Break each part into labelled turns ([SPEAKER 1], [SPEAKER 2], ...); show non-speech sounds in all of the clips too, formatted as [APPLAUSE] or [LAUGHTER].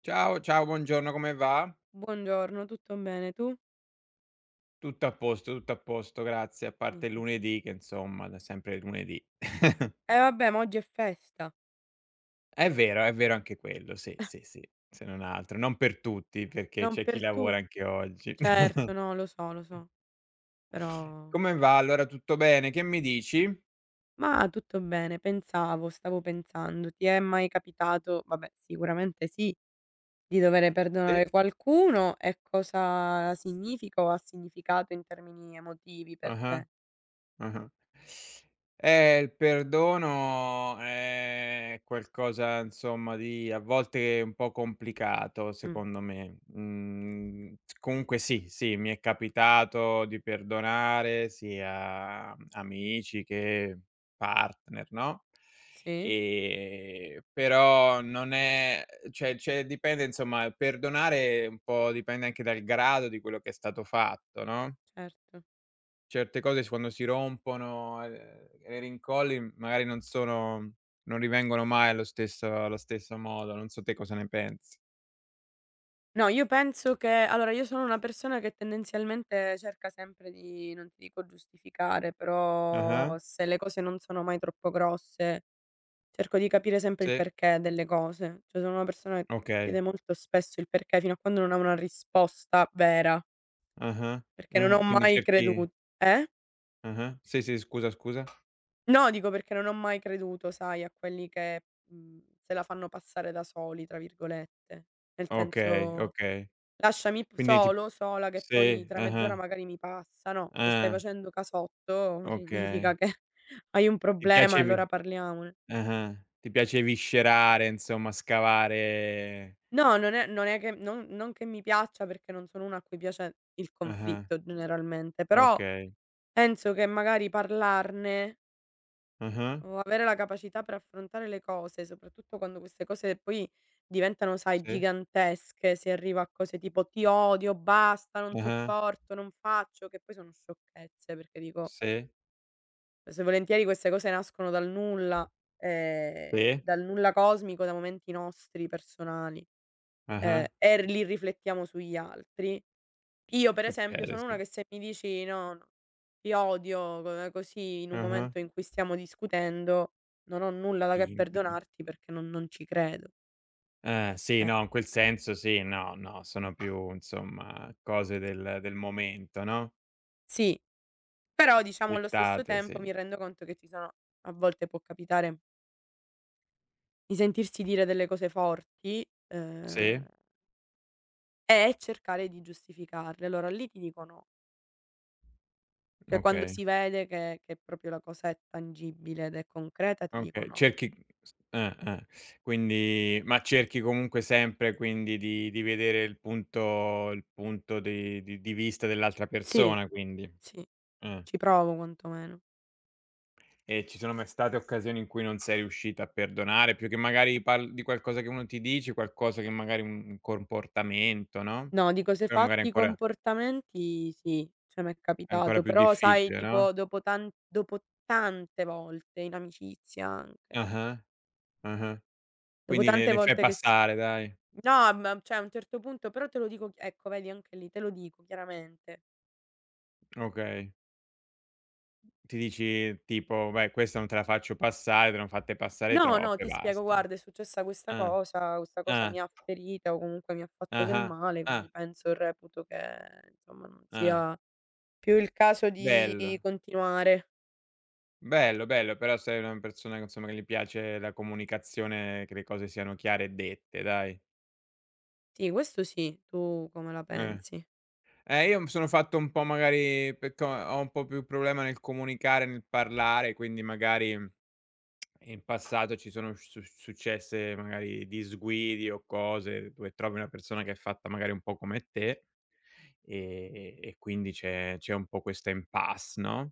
[SPEAKER 1] Ciao, ciao, buongiorno, come va?
[SPEAKER 2] Buongiorno, tutto bene, tu?
[SPEAKER 1] Tutto a posto, grazie, a
[SPEAKER 2] Mi
[SPEAKER 1] parte il
[SPEAKER 2] fa:
[SPEAKER 1] lunedì che insomma, da sempre il lunedì. [LAUGHS]
[SPEAKER 2] "Eh vabbè, ma oggi è festa,
[SPEAKER 1] È vero anche quello, sì, sì, sì, se non altro. Non per tutti, perché
[SPEAKER 2] non
[SPEAKER 1] c'è
[SPEAKER 2] per
[SPEAKER 1] chi
[SPEAKER 2] tu".
[SPEAKER 1] lavora anche oggi.
[SPEAKER 2] Certo,
[SPEAKER 1] [LAUGHS]
[SPEAKER 2] no, lo so, però
[SPEAKER 1] Come va? Allora tutto bene? Che mi dici?
[SPEAKER 2] ma tutto bene, pensavo, stavo pensando, ti è mai capitato vabbè, sicuramente sì, di dover
[SPEAKER 1] Sì.
[SPEAKER 2] perdonare qualcuno e cosa significa o ha significato in termini emotivi per
[SPEAKER 1] Ah-ah.
[SPEAKER 2] te?
[SPEAKER 1] Ah-ah. Il perdono è qualcosa insomma di a volte un po' complicato
[SPEAKER 2] Mh,
[SPEAKER 1] secondo me. Mhmm, Comunque sì, sì, mi è capitato di perdonare sia amici che partner, no,
[SPEAKER 2] sì,
[SPEAKER 1] però non è cioè dipende insomma, perdonare un po' dipende anche dal grado di quello che è stato fatto, no?
[SPEAKER 2] certo.
[SPEAKER 1] Certe cose s quando si rompono e le rincolli magari non rivengono mai allo stesso modo, non so te cosa ne pensi.
[SPEAKER 2] No, io penso che allora io sono una persona che tendenzialmente cerca sempre di non ti dico giustificare, però
[SPEAKER 1] Ah-ah,
[SPEAKER 2] se le cose non sono mai troppo grosse, cerco di capire sempre il
[SPEAKER 1] sì,
[SPEAKER 2] perché delle cose. Cioè sono una persona che
[SPEAKER 1] okay.
[SPEAKER 2] chiede molto spesso il perché fino a quando non ha una risposta vera,
[SPEAKER 1] Ah-ah,
[SPEAKER 2] perché non
[SPEAKER 1] ah-ah,
[SPEAKER 2] ho
[SPEAKER 1] quindi
[SPEAKER 2] mai
[SPEAKER 1] cerchi
[SPEAKER 2] creduto eh?
[SPEAKER 1] ah-ah, sì, sì, scusa, scusa.
[SPEAKER 2] No, dico perché non ho mai creduto, sai, a quelli che, se la fanno passare da soli, tra virgolette. Nel
[SPEAKER 1] Okay,
[SPEAKER 2] senso
[SPEAKER 1] okay.
[SPEAKER 2] lasciami p
[SPEAKER 1] Quindi tip
[SPEAKER 2] solo, sola che poi
[SPEAKER 1] Sì,
[SPEAKER 2] tra
[SPEAKER 1] ah-ah,
[SPEAKER 2] mezz'ora magari mi passa. No, se stai
[SPEAKER 1] ah,
[SPEAKER 2] facendo casotto [LAUGHS] significa
[SPEAKER 1] okay.
[SPEAKER 2] che hai un
[SPEAKER 1] Ti
[SPEAKER 2] problema,
[SPEAKER 1] piace vi
[SPEAKER 2] allora parliamone.
[SPEAKER 1] Ah-ah, ti piace viscerare, insomma, scavare
[SPEAKER 2] No, non è che non che mi piaccia perché non sono una a cui piace il
[SPEAKER 1] ah-ah,
[SPEAKER 2] conflitto generalmente, però
[SPEAKER 1] okay.
[SPEAKER 2] penso che magari parlarne
[SPEAKER 1] Ah-ah,
[SPEAKER 2] o avere la capacità per affrontare le cose, soprattutto quando queste cose poi diventano, sai,
[SPEAKER 1] sì,
[SPEAKER 2] gigantesche, si arriva a cose tipo: "Ti odio, basta, non
[SPEAKER 1] ah-ah,
[SPEAKER 2] sopporto, non faccio", che poi sono sciocchezze, perché dico
[SPEAKER 1] sì.
[SPEAKER 2] spesso e volentieri queste cose nascono
[SPEAKER 1] Sì,
[SPEAKER 2] dal nulla cosmico, da momenti nostri personali,
[SPEAKER 1] ah-ah,
[SPEAKER 2] e r li riflettiamo sugli altri. Io per esempio
[SPEAKER 1] succede,
[SPEAKER 2] sono una
[SPEAKER 1] sì.
[SPEAKER 2] che se mi dici: "No, no, ti odio", co così in un
[SPEAKER 1] Ah-ah.
[SPEAKER 2] momento in cui stiamo discutendo, non ho nulla da che
[SPEAKER 1] Impeto.
[SPEAKER 2] perdonarti perché non ci credo,
[SPEAKER 1] Sì,
[SPEAKER 2] eh.
[SPEAKER 1] no, in quel senso sì, no, no, sono più insomma cose del momento, no,
[SPEAKER 2] Sì, però diciamo allo stesso
[SPEAKER 1] dettate,
[SPEAKER 2] tempo
[SPEAKER 1] sì.
[SPEAKER 2] mi rendo conto che ci sono a volte può capitare di sentirsi dire delle cose forti,
[SPEAKER 1] Sì?
[SPEAKER 2] ehm. E cercare di giustificarle. Allora lì ti dico no. Cioè quando
[SPEAKER 1] Okay,
[SPEAKER 2] si vede che proprio la cosa è tangibile ed è concreta ti dico
[SPEAKER 1] okay.
[SPEAKER 2] no.
[SPEAKER 1] Cerchi s Eh, eh. Quindi ma cerchi comunque sempre quindi di vedere il punto di vista dell'altra
[SPEAKER 2] Sì,
[SPEAKER 1] persona quindi?
[SPEAKER 2] sì,
[SPEAKER 1] Eh.
[SPEAKER 2] ci provo quantomeno.
[SPEAKER 1] E ci sono mai state occasioni in cui non sei riuscita a perdonare, più che magari parl di qualcosa che uno ti dice, qualcosa che magari un comportamento, no,
[SPEAKER 2] No, dico se
[SPEAKER 1] però magari
[SPEAKER 2] fatti i comportamenti sì, cioè m'è
[SPEAKER 1] è ancora
[SPEAKER 2] capitato,
[SPEAKER 1] più
[SPEAKER 2] però sai
[SPEAKER 1] difficile,
[SPEAKER 2] tipo
[SPEAKER 1] no?
[SPEAKER 2] dopo tan dopo tante volte, in amicizia anche,
[SPEAKER 1] Ah-ah, ah-ah.
[SPEAKER 2] dopo
[SPEAKER 1] Quindi le
[SPEAKER 2] tante
[SPEAKER 1] le fai
[SPEAKER 2] volte che si
[SPEAKER 1] passare dai.
[SPEAKER 2] no, ma cioè a un certo punto però te lo dico ch ecco vedi anche lì, te lo dico chiaramente.
[SPEAKER 1] Okay. Ti dici tipo: "Beh, questa non te la faccio passare, te ne ho fatte passare
[SPEAKER 2] No, no,
[SPEAKER 1] troppe,
[SPEAKER 2] ti spiego,
[SPEAKER 1] basta".
[SPEAKER 2] guarda, è successa
[SPEAKER 1] Ah,
[SPEAKER 2] questa cosa
[SPEAKER 1] ah,
[SPEAKER 2] mi ha ferita o comunque mi ha fatto del
[SPEAKER 1] ah-ah,
[SPEAKER 2] male,
[SPEAKER 1] ah, ah.
[SPEAKER 2] quindi penso e reputo che, insomma, non
[SPEAKER 1] ah.
[SPEAKER 2] sia più il caso di
[SPEAKER 1] Bello.
[SPEAKER 2] continuare.
[SPEAKER 1] Bello, bello, però sei una persona che insomma che gli piace la comunicazione, che le cose siano chiare e dette dai.
[SPEAKER 2] Sì, questo sì, tu come la
[SPEAKER 1] Eh.
[SPEAKER 2] pensi?
[SPEAKER 1] Io mi sono fatto un po' magari perché ho un po' più problema nel comunicare, nel parlare, quindi magari in passato ci sono su successe magari disguidi o cose dove trovi una persona che è fatta magari un po' come te, e quindi c'è un po' questa impasse, no,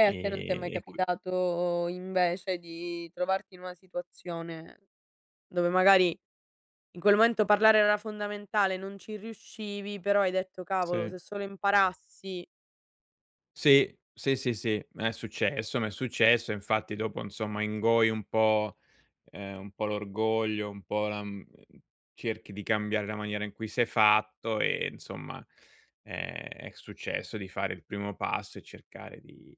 [SPEAKER 2] E a te non ti è mai
[SPEAKER 1] e qui
[SPEAKER 2] capitato invece di trovarti in una situazione dove magari in quel momento parlare era fondamentale, non ci riuscivi, però hai detto: "Cavolo,
[SPEAKER 1] sì.
[SPEAKER 2] se solo imparassi".
[SPEAKER 1] Sì, sì, sì, sì, m'è successo, m'è successo. Infatti dopo, insomma, ingoi un po' l'orgoglio, un po' la cerchi di cambiare la maniera in cui sei fatto e insomma, ehm, è successo di fare il primo passo e cercare di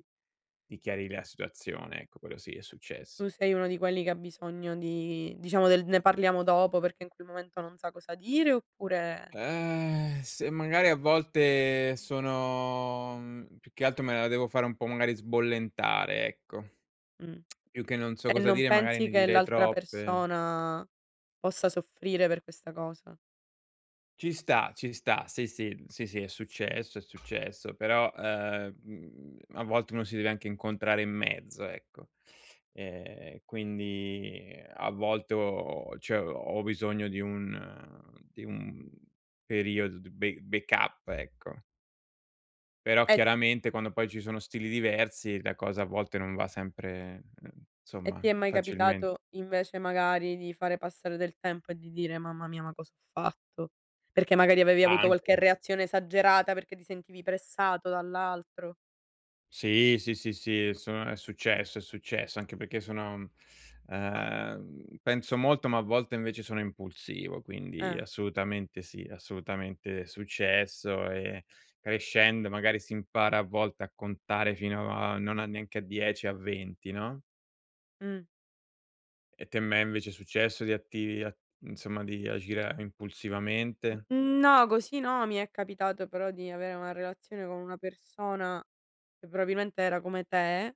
[SPEAKER 1] di chiarire la situazione, ecco, quello sì, è successo.
[SPEAKER 2] Tu sei uno di quelli che ha bisogno di diciamo del "ne parliamo dopo" perché in quel momento non sa cosa dire oppure
[SPEAKER 1] Se magari a volte sono più che altro me la devo fare un po' magari sbollentare, ecco.
[SPEAKER 2] mh.
[SPEAKER 1] Più che non so
[SPEAKER 2] E
[SPEAKER 1] cosa
[SPEAKER 2] non
[SPEAKER 1] dire, magari
[SPEAKER 2] pensi
[SPEAKER 1] ne
[SPEAKER 2] che
[SPEAKER 1] direi
[SPEAKER 2] l'altra
[SPEAKER 1] troppe.
[SPEAKER 2] persona possa soffrire per questa cosa?
[SPEAKER 1] Ci sta, ci sta. Sì, sì, sì, sì, è successo, però, a volte uno si deve anche incontrare in mezzo, ecco. Quindi a volte ho bisogno di un periodo di be backup, ecco. Però
[SPEAKER 2] E
[SPEAKER 1] chiaramente quando poi ci sono stili diversi la cosa a volte non va sempre,
[SPEAKER 2] e
[SPEAKER 1] insomma
[SPEAKER 2] ti è mai
[SPEAKER 1] facilmente.
[SPEAKER 2] capitato invece magari di fare passare del tempo e di dire: "Mamma mia, ma cosa ho fatto?" Perché magari avevi avuto qualche
[SPEAKER 1] Anche.
[SPEAKER 2] reazione esagerata perché ti sentivi pressato dall'altro.
[SPEAKER 1] Sì, sì, sì, sì, è successo, anche perché sono penso molto, ma a volte invece sono impulsivo, quindi
[SPEAKER 2] Eh,
[SPEAKER 1] assolutamente sì, assolutamente è successo e crescendo magari si impara a volte a contare fino a non a neanche a 10, a 20, no,
[SPEAKER 2] mh.
[SPEAKER 1] e te a me invece è successo di atti a insomma di agire impulsivamente?
[SPEAKER 2] Mhmm, no, così no, mi è capitato però di avere una relazione con una persona che probabilmente era come te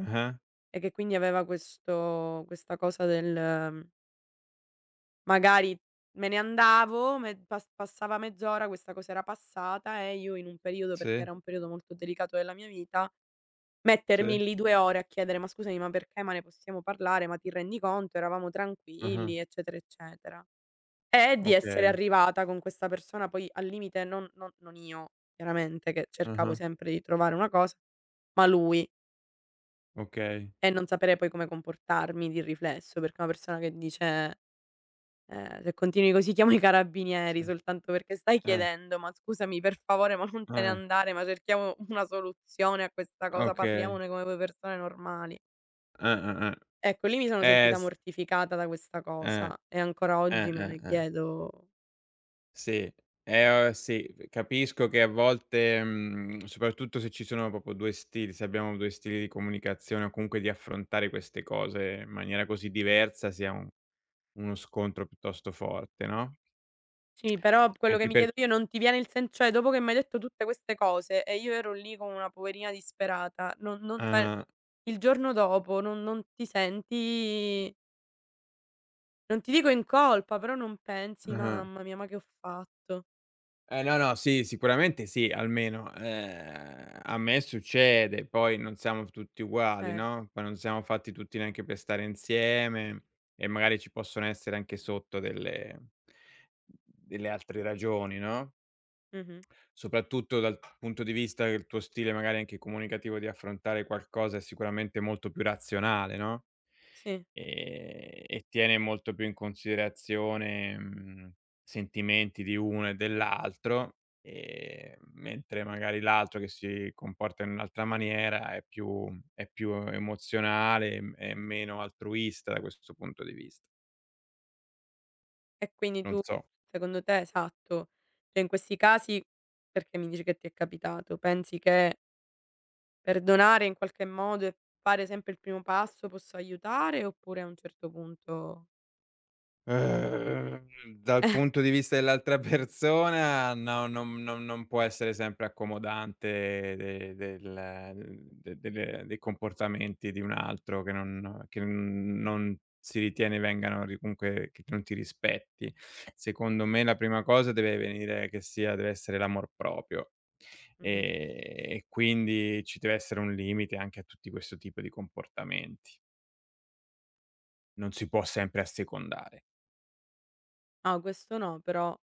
[SPEAKER 1] Ah-ah,
[SPEAKER 2] e che quindi aveva questo questa cosa del, mhmm, magari me ne andavo, me pas passava mezz'ora, questa cosa era passata e io in un periodo, perché
[SPEAKER 1] sì,
[SPEAKER 2] era un periodo molto delicato della mia vita,
[SPEAKER 1] sì,
[SPEAKER 2] mettermi lì 2 ore a chiedere: "Ma scusami, ma perché? Ma ne possiamo parlare? Ma ti rendi conto? Eravamo
[SPEAKER 1] ah-ah,
[SPEAKER 2] tranquilli", eccetera, eccetera. E di essere
[SPEAKER 1] okay,
[SPEAKER 2] arrivata con questa persona poi al limite non io chiaramente, che cercavo
[SPEAKER 1] ah-ah,
[SPEAKER 2] sempre di trovare una cosa, ma lui
[SPEAKER 1] okay,
[SPEAKER 2] e non sapere poi come comportarmi di riflesso, perché una persona che dice, "Se continui così chiamo i carabinieri",
[SPEAKER 1] sì,
[SPEAKER 2] soltanto perché stai
[SPEAKER 1] eh,
[SPEAKER 2] chiedendo: "Ma scusami per favore, ma non te ne
[SPEAKER 1] eh,
[SPEAKER 2] andare, ma cerchiamo una soluzione a questa cosa,
[SPEAKER 1] okay.
[SPEAKER 2] parliamone come 2 persone normali".
[SPEAKER 1] Eh.
[SPEAKER 2] Ecco, lì mi sono sentita
[SPEAKER 1] S
[SPEAKER 2] mortificata da questa
[SPEAKER 1] eh,
[SPEAKER 2] cosa e ancora oggi me ne
[SPEAKER 1] eh.
[SPEAKER 2] chiedo.
[SPEAKER 1] Sì, sì, capisco che a volte, soprattutto se ci sono proprio 2 stili se abbiamo 2 stili di comunicazione o comunque di affrontare queste cose in maniera così diversa, sia un uno scontro piuttosto forte, no,
[SPEAKER 2] Sì, però quello che
[SPEAKER 1] anche
[SPEAKER 2] mi
[SPEAKER 1] per
[SPEAKER 2] chiedo io non ti viene il sen cioè dopo che m'hai detto tutte queste cose e io ero lì come una poverina disperata, non cioè
[SPEAKER 1] ah-ah,
[SPEAKER 2] il giorno dopo non ti senti non ti dico in colpa, però non pensi:
[SPEAKER 1] ah-ah.
[SPEAKER 2] "Mamma mia, ma che ho fatto?"
[SPEAKER 1] No, no, sì, sicuramente sì, almeno, a me succede, poi non siamo tutti uguali,
[SPEAKER 2] Certo,
[SPEAKER 1] no, poi non siamo fatti tutti neanche per stare insieme e magari ci possono essere anche sotto delle altre ragioni, no?
[SPEAKER 2] mh-mh,
[SPEAKER 1] Soprattutto dal punto di vista che il tuo stile magari anche comunicativo di affrontare qualcosa è sicuramente molto più razionale, no,
[SPEAKER 2] sì.
[SPEAKER 1] e tiene molto più in considerazione, sentimenti di uno e dell'altro, mentre magari l'altro che si comporta in un'altra maniera è più emozionale, è meno altruista da questo punto di vista.
[SPEAKER 2] E quindi
[SPEAKER 1] Non
[SPEAKER 2] tu,
[SPEAKER 1] so.
[SPEAKER 2] secondo te esatto, cioè in questi casi perché mi dici che ti è capitato, pensi che perdonare in qualche modo e fare sempre il primo passo possa aiutare oppure a un certo punto
[SPEAKER 1] Ehm, Dal punto di vista dell'altra persona no, non può essere sempre accomodante de del de delle dei comportamenti di un altro che non si ritiene vengano ri comunque che non ti rispetti. Secondo me la prima cosa deve venire che sia deve essere l'amor proprio.
[SPEAKER 2] mh-mh.
[SPEAKER 1] E quindi ci deve essere un limite anche a tutti questo tipo di comportamenti. Non si può sempre assecondare.
[SPEAKER 2] No, questo no, però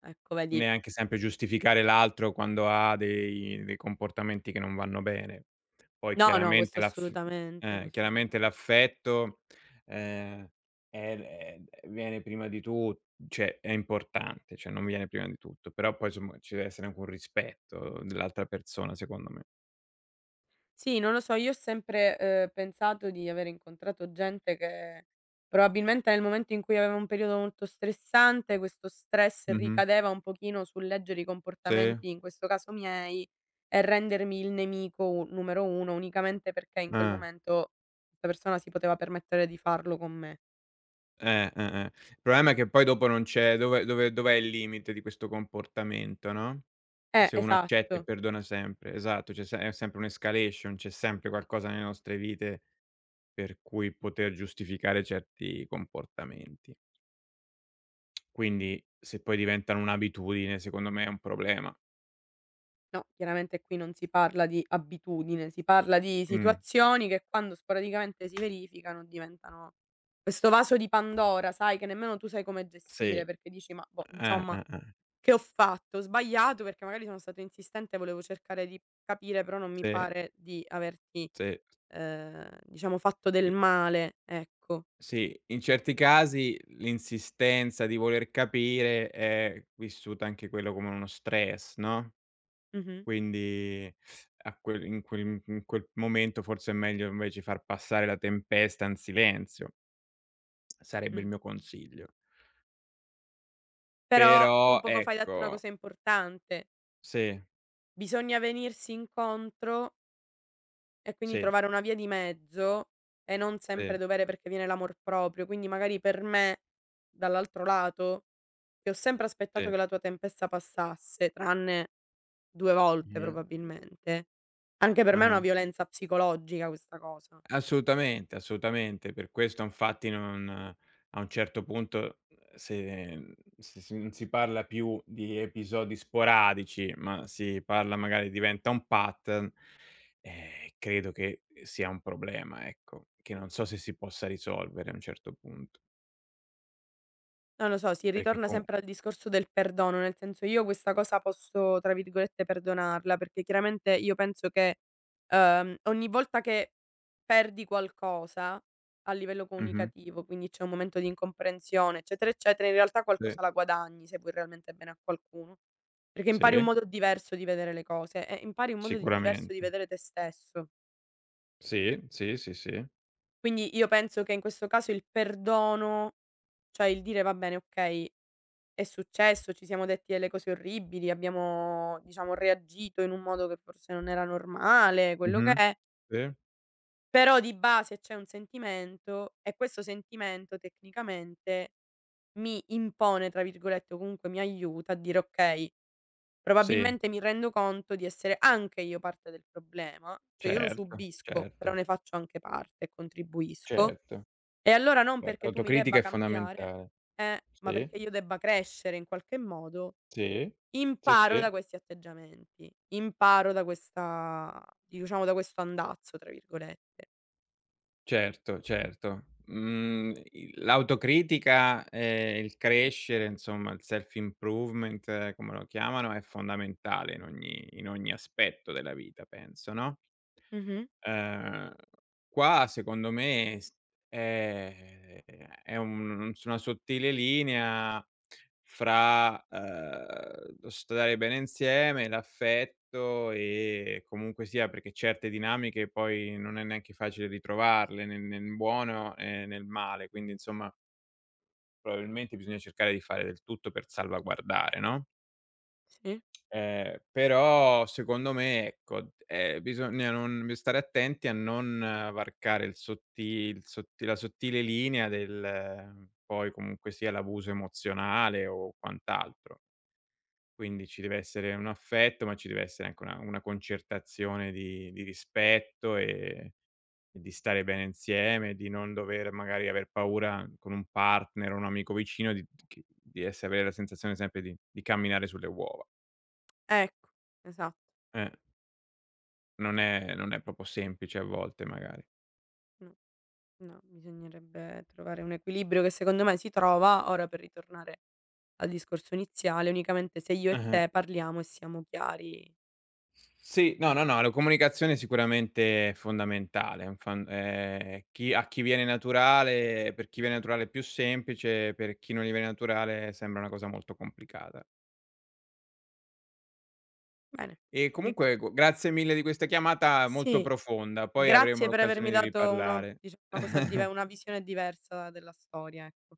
[SPEAKER 2] ecco vedi
[SPEAKER 1] Neanche sempre giustificare l'altro quando ha dei comportamenti che non vanno bene. Poi
[SPEAKER 2] no, no, questo
[SPEAKER 1] chiaramente l'aff
[SPEAKER 2] assolutamente, questo
[SPEAKER 1] chiaramente
[SPEAKER 2] assolutamen
[SPEAKER 1] l'affetto, ehm, è l viene prima di tu cioè è importante, cioè non viene prima di tutto, però poi insomma ci deve essere anche un rispetto dell'altra persona secondo me.
[SPEAKER 2] sì, non lo so, io ho sempre, pensato di aver incontrato gente che probabilmente nel momento in cui aveva un periodo molto stressante, questo stress
[SPEAKER 1] Mh-mh.
[SPEAKER 2] ricadeva un pochino sul leggere i
[SPEAKER 1] Sì.
[SPEAKER 2] comportamenti, in questo caso miei, e rendermi il nemico u numero 1 unicamente perché in quel
[SPEAKER 1] Eh.
[SPEAKER 2] momento questa persona si poteva permettere di farlo con me.
[SPEAKER 1] Eh. Il problema è che poi dopo non c'è dove dove dov'è il limite di questo comportamento, no, se uno accetta e
[SPEAKER 2] Esatto.
[SPEAKER 1] perdona sempre. Esatto, c'è se è sempre un'escalation, c'è sempre qualcosa nelle nostre vite per cui poter giustificare certi comportamenti. Quindi se poi diventano un'abitudine, secondo me è un problema.
[SPEAKER 2] No, chiaramente qui non si parla di abitudine, si parla di
[SPEAKER 1] Mh,
[SPEAKER 2] situazioni che quando sporadicamente si verificano diventano questo vaso di Pandora, sai, che nemmeno tu sai come gestire
[SPEAKER 1] sì,
[SPEAKER 2] perché dici: "Ma boh, insomma,
[SPEAKER 1] eh.
[SPEAKER 2] che ho fatto? Ho sbagliato perché magari sono stato insistente, volevo cercare di capire, però non mi
[SPEAKER 1] Sì,
[SPEAKER 2] pare di averti,
[SPEAKER 1] sì.
[SPEAKER 2] diciamo fatto del
[SPEAKER 1] I
[SPEAKER 2] male", ecco.
[SPEAKER 1] Sì, in certi casi l'insistenza di voler capire è vissuta anche quello come uno stress, no,
[SPEAKER 2] Mh-mh,
[SPEAKER 1] quindi a quel in quel in quel momento forse è meglio invece far passare la tempesta in silenzio, sarebbe
[SPEAKER 2] mh.
[SPEAKER 1] il mio consiglio.
[SPEAKER 2] Però tu
[SPEAKER 1] Però
[SPEAKER 2] poco fa hai detto una
[SPEAKER 1] ecco
[SPEAKER 2] cosa importante:
[SPEAKER 1] sì,
[SPEAKER 2] bisogna venirsi incontro. E quindi
[SPEAKER 1] sì,
[SPEAKER 2] trovare una via di mezzo e non sempre
[SPEAKER 1] sì,
[SPEAKER 2] dovere perché viene l'amor proprio, quindi magari per me, dall'altro lato, che ho sempre aspettato
[SPEAKER 1] sì.
[SPEAKER 2] che la tua tempesta passasse, tranne 2 volte
[SPEAKER 1] Mh-mh,
[SPEAKER 2] probabilmente, anche per me è una
[SPEAKER 1] ah-ah.
[SPEAKER 2] violenza psicologica questa cosa.
[SPEAKER 1] Assolutamente, assolutamente. Per questo infatti non a un certo punto, se mhmm, se si non si parla più di episodi sporadici, ma si parla magari diventa un pattern, credo che sia un problema, ecco, che non so se si possa risolvere a un certo punto.
[SPEAKER 2] Non lo so, si
[SPEAKER 1] Perché
[SPEAKER 2] ritorna
[SPEAKER 1] con
[SPEAKER 2] sempre al discorso del perdono, nel senso io questa cosa posso, tra virgolette, "perdonarla", perché chiaramente io penso che, ogni volta che perdi qualcosa a livello
[SPEAKER 1] Mh-mh,
[SPEAKER 2] comunicativo, quindi c'è un momento di incomprensione, eccetera, eccetera, in realtà qualcosa
[SPEAKER 1] sì,
[SPEAKER 2] la guadagni se vuoi realmente bene a qualcuno, perché impari un
[SPEAKER 1] sì,
[SPEAKER 2] modo diverso di vedere le cose e impari un modo di diverso di
[SPEAKER 1] sicuramente.
[SPEAKER 2] vedere te stesso.
[SPEAKER 1] Sì, sì, sì, sì.
[SPEAKER 2] Quindi io penso che in questo caso il perdono, cioè il dire: "Va bene, okay". È successo, ci siamo detti delle cose orribili, abbiamo diciamo reagito in un modo che forse non era normale, quello che
[SPEAKER 1] Mh-mh.
[SPEAKER 2] è,
[SPEAKER 1] Sì,
[SPEAKER 2] però di base c'è un sentimento e questo sentimento tecnicamente mi "impone" tra virgolette, o comunque mi aiuta a dire: "Okay,
[SPEAKER 1] sì,
[SPEAKER 2] probabilmente mi rendo conto di essere anche io parte del problema, cioè io lo
[SPEAKER 1] certo,
[SPEAKER 2] subisco, però
[SPEAKER 1] certo,
[SPEAKER 2] ne faccio anche parte e contribuisco,
[SPEAKER 1] certo.
[SPEAKER 2] e allora non
[SPEAKER 1] Beh,
[SPEAKER 2] perché tu mi debba
[SPEAKER 1] l'autocritica è
[SPEAKER 2] cambiare,
[SPEAKER 1] fondamentale.
[SPEAKER 2] ma
[SPEAKER 1] Sì,
[SPEAKER 2] perché io debba crescere in qualche modo".
[SPEAKER 1] sì, sì,
[SPEAKER 2] Imparo da
[SPEAKER 1] sì,
[SPEAKER 2] questi atteggiamenti, imparo da questa diciamo da questo "andazzo" tra virgolette.
[SPEAKER 1] certo, certo. Mhmm, i L'autocritica e il crescere, insomma, il self improvement, come lo chiamano, è fondamentale in ogni aspetto della vita penso, no?
[SPEAKER 2] Mh-mh,
[SPEAKER 1] Ehm, qua secondo me s Ehm, è un su una sottile linea fra, lo stare bene insieme, l'affetto e comunque sia perché certe dinamiche poi non è neanche facile ritrovarle nel buono e nel male, quindi insomma probabilmente bisogna cercare di fare del tutto per salvaguardare, no?
[SPEAKER 2] sì.
[SPEAKER 1] Però secondo me ecco, bisogna non bisogna stare attenti a non varcare il sotti la sottile linea del poi comunque sia l'abuso emozionale o quant'altro. Quindi ci deve essere un affetto, ma ci deve essere anche una concertazione di rispetto e di stare bene insieme, di non dover magari aver paura con un partner o un amico vicino di che di esse avere la sensazione sempre di camminare sulle uova.
[SPEAKER 2] Ecco, esatto.
[SPEAKER 1] Eh. Non è proprio semplice a volte magari.
[SPEAKER 2] No, no, bisognerebbe trovare un equilibrio che secondo me si trova, ora per ritornare al discorso iniziale, unicamente se io e te
[SPEAKER 1] Ah-ah.
[SPEAKER 2] parliamo e siamo chiari.
[SPEAKER 1] Sì. No, no, no, la comunicazione è sicuramente fondamentale, è un fan chi a chi viene naturale è più semplice, per chi non gli viene naturale sembra una cosa molto complicata.
[SPEAKER 2] Bene.
[SPEAKER 1] E
[SPEAKER 2] Di
[SPEAKER 1] comunque gu grazie mille di questa chiamata molto
[SPEAKER 2] sì,
[SPEAKER 1] profonda, poi avremo
[SPEAKER 2] grazie per avermi
[SPEAKER 1] l'occasione di
[SPEAKER 2] dato uno
[SPEAKER 1] riparlare.
[SPEAKER 2] diciamo una
[SPEAKER 1] [LAUGHS]
[SPEAKER 2] cosa dive una visione diversa della storia, ecco.